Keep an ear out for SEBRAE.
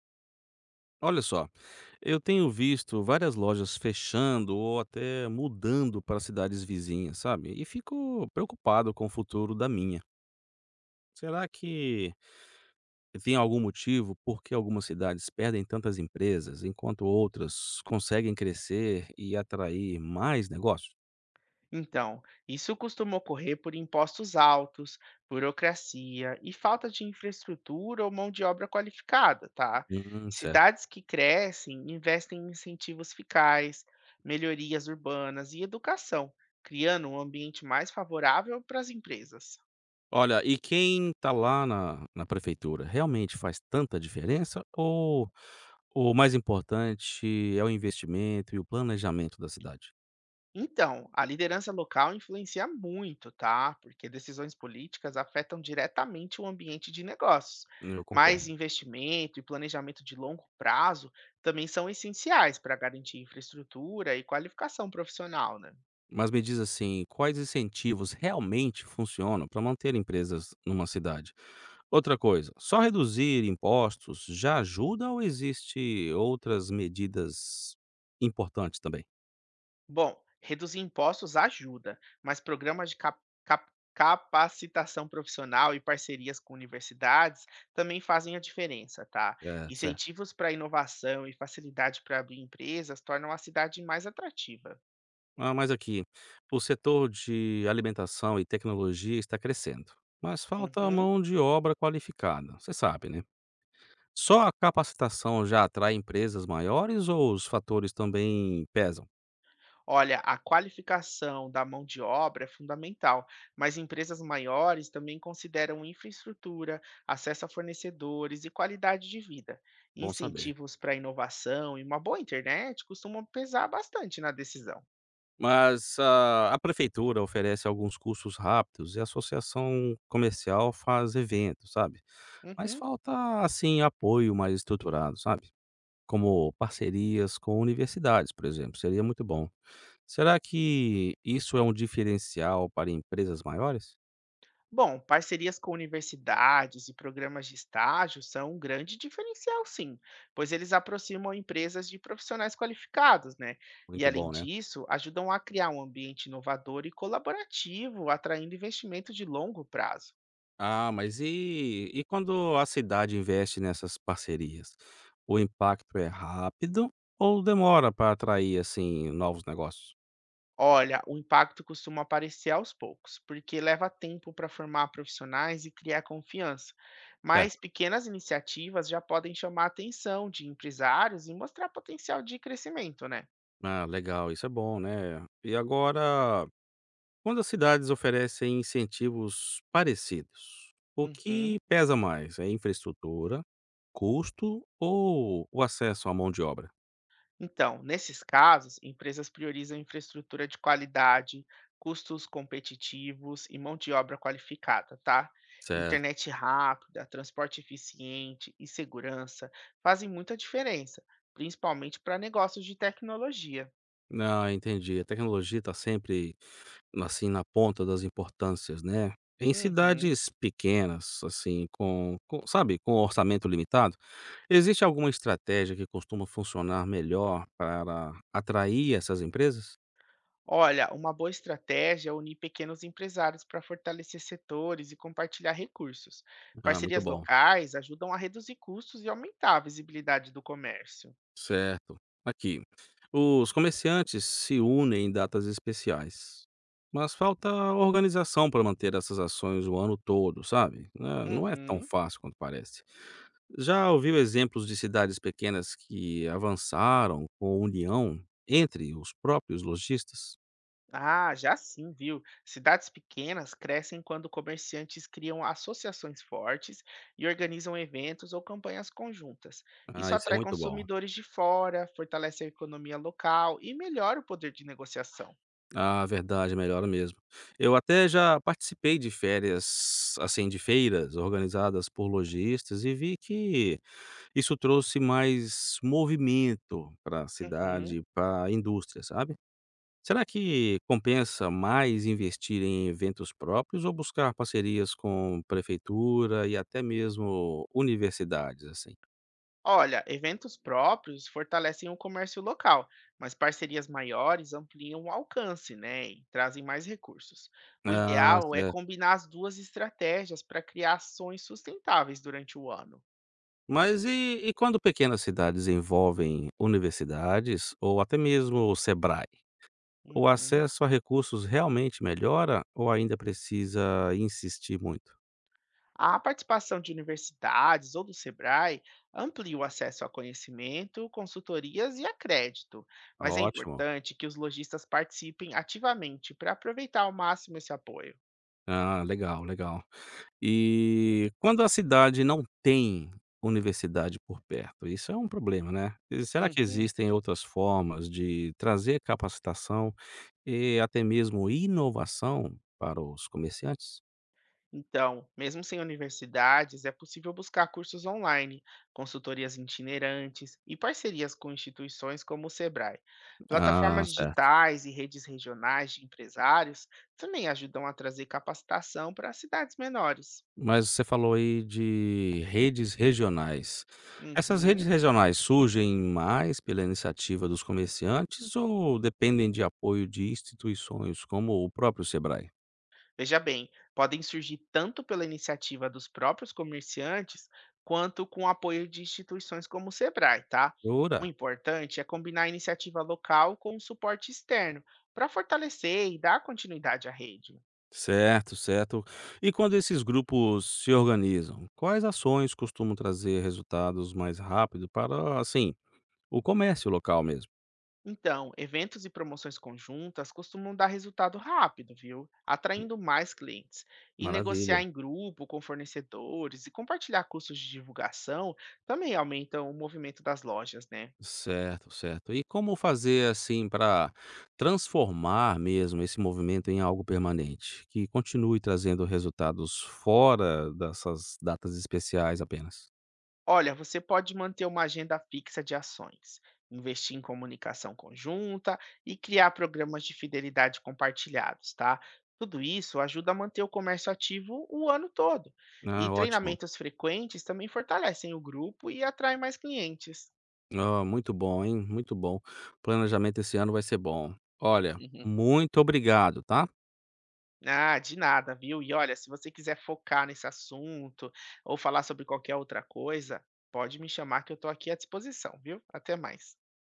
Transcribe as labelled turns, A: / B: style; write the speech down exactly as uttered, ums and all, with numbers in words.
A: Olha só, eu tenho visto várias lojas fechando ou até mudando para cidades vizinhas, sabe? E fico preocupado com o futuro da minha. Será que tem algum motivo por que algumas cidades perdem tantas empresas, enquanto outras conseguem crescer e atrair mais negócios?
B: Então, isso costuma ocorrer por impostos altos, burocracia e falta de infraestrutura ou mão de obra qualificada, tá?
A: Hum, certo.
B: Cidades que crescem investem em incentivos fiscais, melhorias urbanas e educação, criando um ambiente mais favorável para as empresas.
A: Olha, e quem está lá na, na prefeitura realmente faz tanta diferença? Ou o mais importante é o investimento e o planejamento da cidade?
B: Então, a liderança local influencia muito, tá? Porque decisões políticas afetam diretamente o ambiente de negócios.
A: Hum, Eu
B: Mas
A: concordo.
B: investimento e planejamento de longo prazo também são essenciais para garantir infraestrutura e qualificação profissional, né?
A: Mas me diz assim, quais incentivos realmente funcionam para manter empresas numa cidade? Outra coisa, só reduzir impostos já ajuda ou existe outras medidas importantes também?
B: Bom, reduzir impostos ajuda, mas programas de cap- cap- capacitação profissional e parcerias com universidades também fazem a diferença, tá?
A: É, certo.
B: Incentivos para inovação e facilidade para abrir empresas tornam a cidade mais atrativa.
A: Ah, mas aqui, o setor de alimentação e tecnologia está crescendo, mas falta
B: Uhum.
A: mão de obra qualificada, você sabe, né? Só a capacitação já atrai empresas maiores ou os fatores também pesam?
B: Olha, a qualificação da mão de obra é fundamental, mas empresas maiores também consideram infraestrutura, acesso a fornecedores e qualidade de vida.
A: Bom saber.
B: Incentivos para inovação e uma boa internet costumam pesar bastante na decisão.
A: Mas a a prefeitura oferece alguns cursos rápidos e a associação comercial faz eventos, sabe? Mas
B: Uhum.
A: falta, assim, apoio mais estruturado, sabe? Como parcerias com universidades, por exemplo, seria muito bom. Será que isso é um diferencial para empresas maiores?
B: Bom, parcerias com universidades e programas de estágio são um grande diferencial, sim, pois eles aproximam empresas de profissionais qualificados, né? E
A: Muito
B: além
A: bom, né?
B: disso, ajudam a criar um ambiente inovador e colaborativo, atraindo investimento de longo prazo.
A: Ah, mas e, e quando a cidade investe nessas parcerias? O impacto é rápido ou demora para atrair, assim, novos negócios?
B: Olha, o impacto costuma aparecer aos poucos, porque leva tempo para formar profissionais e criar confiança. Mas pequenas iniciativas já podem chamar a atenção de empresários e mostrar potencial de crescimento, né?
A: Ah, legal, isso é bom, né? E agora, quando as cidades oferecem incentivos parecidos, o
B: Uhum.
A: que pesa mais? É infraestrutura, custo ou o acesso à mão de obra?
B: Então, nesses casos, empresas priorizam infraestrutura de qualidade, custos competitivos e mão de obra qualificada, tá?
A: Certo.
B: Internet rápida, transporte eficiente e segurança fazem muita diferença, principalmente para negócios de tecnologia.
A: Ah, entendi. A tecnologia está sempre assim na ponta das importâncias, né? Em
B: Uhum.
A: cidades pequenas, assim, com, com- sabe, com orçamento limitado, existe alguma estratégia que costuma funcionar melhor para atrair essas empresas?
B: Olha, uma boa estratégia é unir pequenos empresários para fortalecer setores e compartilhar recursos.
A: Ah, muito
B: Parcerias
A: bom.
B: locais ajudam a reduzir custos e aumentar a visibilidade do comércio.
A: Certo. Aqui. Os comerciantes se unem em datas especiais, mas falta organização para manter essas ações o ano todo, sabe? Né, não é tão
B: Uhum.
A: fácil quanto parece. Já ouviu exemplos de cidades pequenas que avançaram com união entre os próprios lojistas?
B: Ah, já sim, viu? Cidades pequenas crescem quando comerciantes criam associações fortes e organizam eventos ou campanhas conjuntas.
A: Ah,
B: Isso
A: isso é
B: atrai
A: muito bom.
B: consumidores de fora, fortalece a economia local e melhora o poder de negociação.
A: Ah, verdade, melhora mesmo. Eu até já participei de férias, assim, de feiras organizadas por lojistas e vi que isso trouxe mais movimento para a
B: Uhum.
A: cidade, para a indústria, sabe. Será que compensa mais investir em eventos próprios ou buscar parcerias com prefeitura e até mesmo universidades, assim?
B: Olha, eventos próprios fortalecem o comércio local, mas parcerias maiores ampliam o alcance, né, e trazem mais recursos. O
A: Ah,
B: ideal é
A: certo.
B: combinar as duas estratégias para criar ações sustentáveis durante o ano.
A: Mas e e quando pequenas cidades envolvem universidades ou até mesmo o SEBRAE? O
B: Uhum.
A: acesso a recursos realmente melhora ou ainda precisa insistir muito?
B: A participação de universidades ou do SEBRAE amplia o acesso a conhecimento, consultorias e a crédito, mas é
A: Ótimo.
B: importante que os lojistas participem ativamente para aproveitar ao máximo esse apoio.
A: Ah, legal, legal. E quando a cidade não tem universidade por perto, isso é um problema, né. E será que
B: Uhum.
A: existem outras formas de trazer capacitação e até mesmo inovação para os comerciantes?
B: Então, mesmo sem universidades, é possível buscar cursos online, consultorias itinerantes e parcerias com instituições como o Sebrae.
A: Ah,
B: Plataformas
A: certo.
B: digitais e redes regionais de empresários também ajudam a trazer capacitação para cidades menores.
A: Mas você falou aí de redes regionais. Essas redes
B: Uhum.
A: regionais surgem mais pela iniciativa dos comerciantes ou dependem de apoio de instituições como o próprio Sebrae?
B: Veja bem, podem surgir tanto pela iniciativa dos próprios comerciantes, quanto com o apoio de instituições como o Sebrae, tá? O
A: Ora.
B: importante é combinar a iniciativa local com o suporte externo, para fortalecer e dar continuidade à rede.
A: Certo, certo. E quando esses grupos se organizam, quais ações costumam trazer resultados mais rápido para, assim, o comércio local mesmo?
B: Então, eventos e promoções conjuntas costumam dar resultado rápido, viu? Atraindo mais clientes. E negociar
A: Maravilha.
B: em grupo com fornecedores e compartilhar custos de divulgação também aumentam o movimento das lojas, né?
A: Certo, certo. E como fazer assim para transformar mesmo esse movimento em algo permanente, que continue trazendo resultados fora dessas datas especiais apenas?
B: Olha, você pode manter uma agenda fixa de ações, investir em comunicação conjunta e criar programas de fidelidade compartilhados, tá? Tudo isso ajuda a manter o comércio ativo o ano todo. E
A: Ah, ótimo.
B: treinamentos frequentes também fortalecem o grupo e atraem mais clientes.
A: Ah, muito bom, hein? Muito bom. Planejamento esse ano vai ser bom. Olha,
B: Uhum.
A: muito obrigado, tá?
B: Ah, de nada, viu? E olha, se você quiser focar nesse assunto ou falar sobre qualquer outra coisa, pode me chamar que eu estou aqui à disposição, viu? Até mais.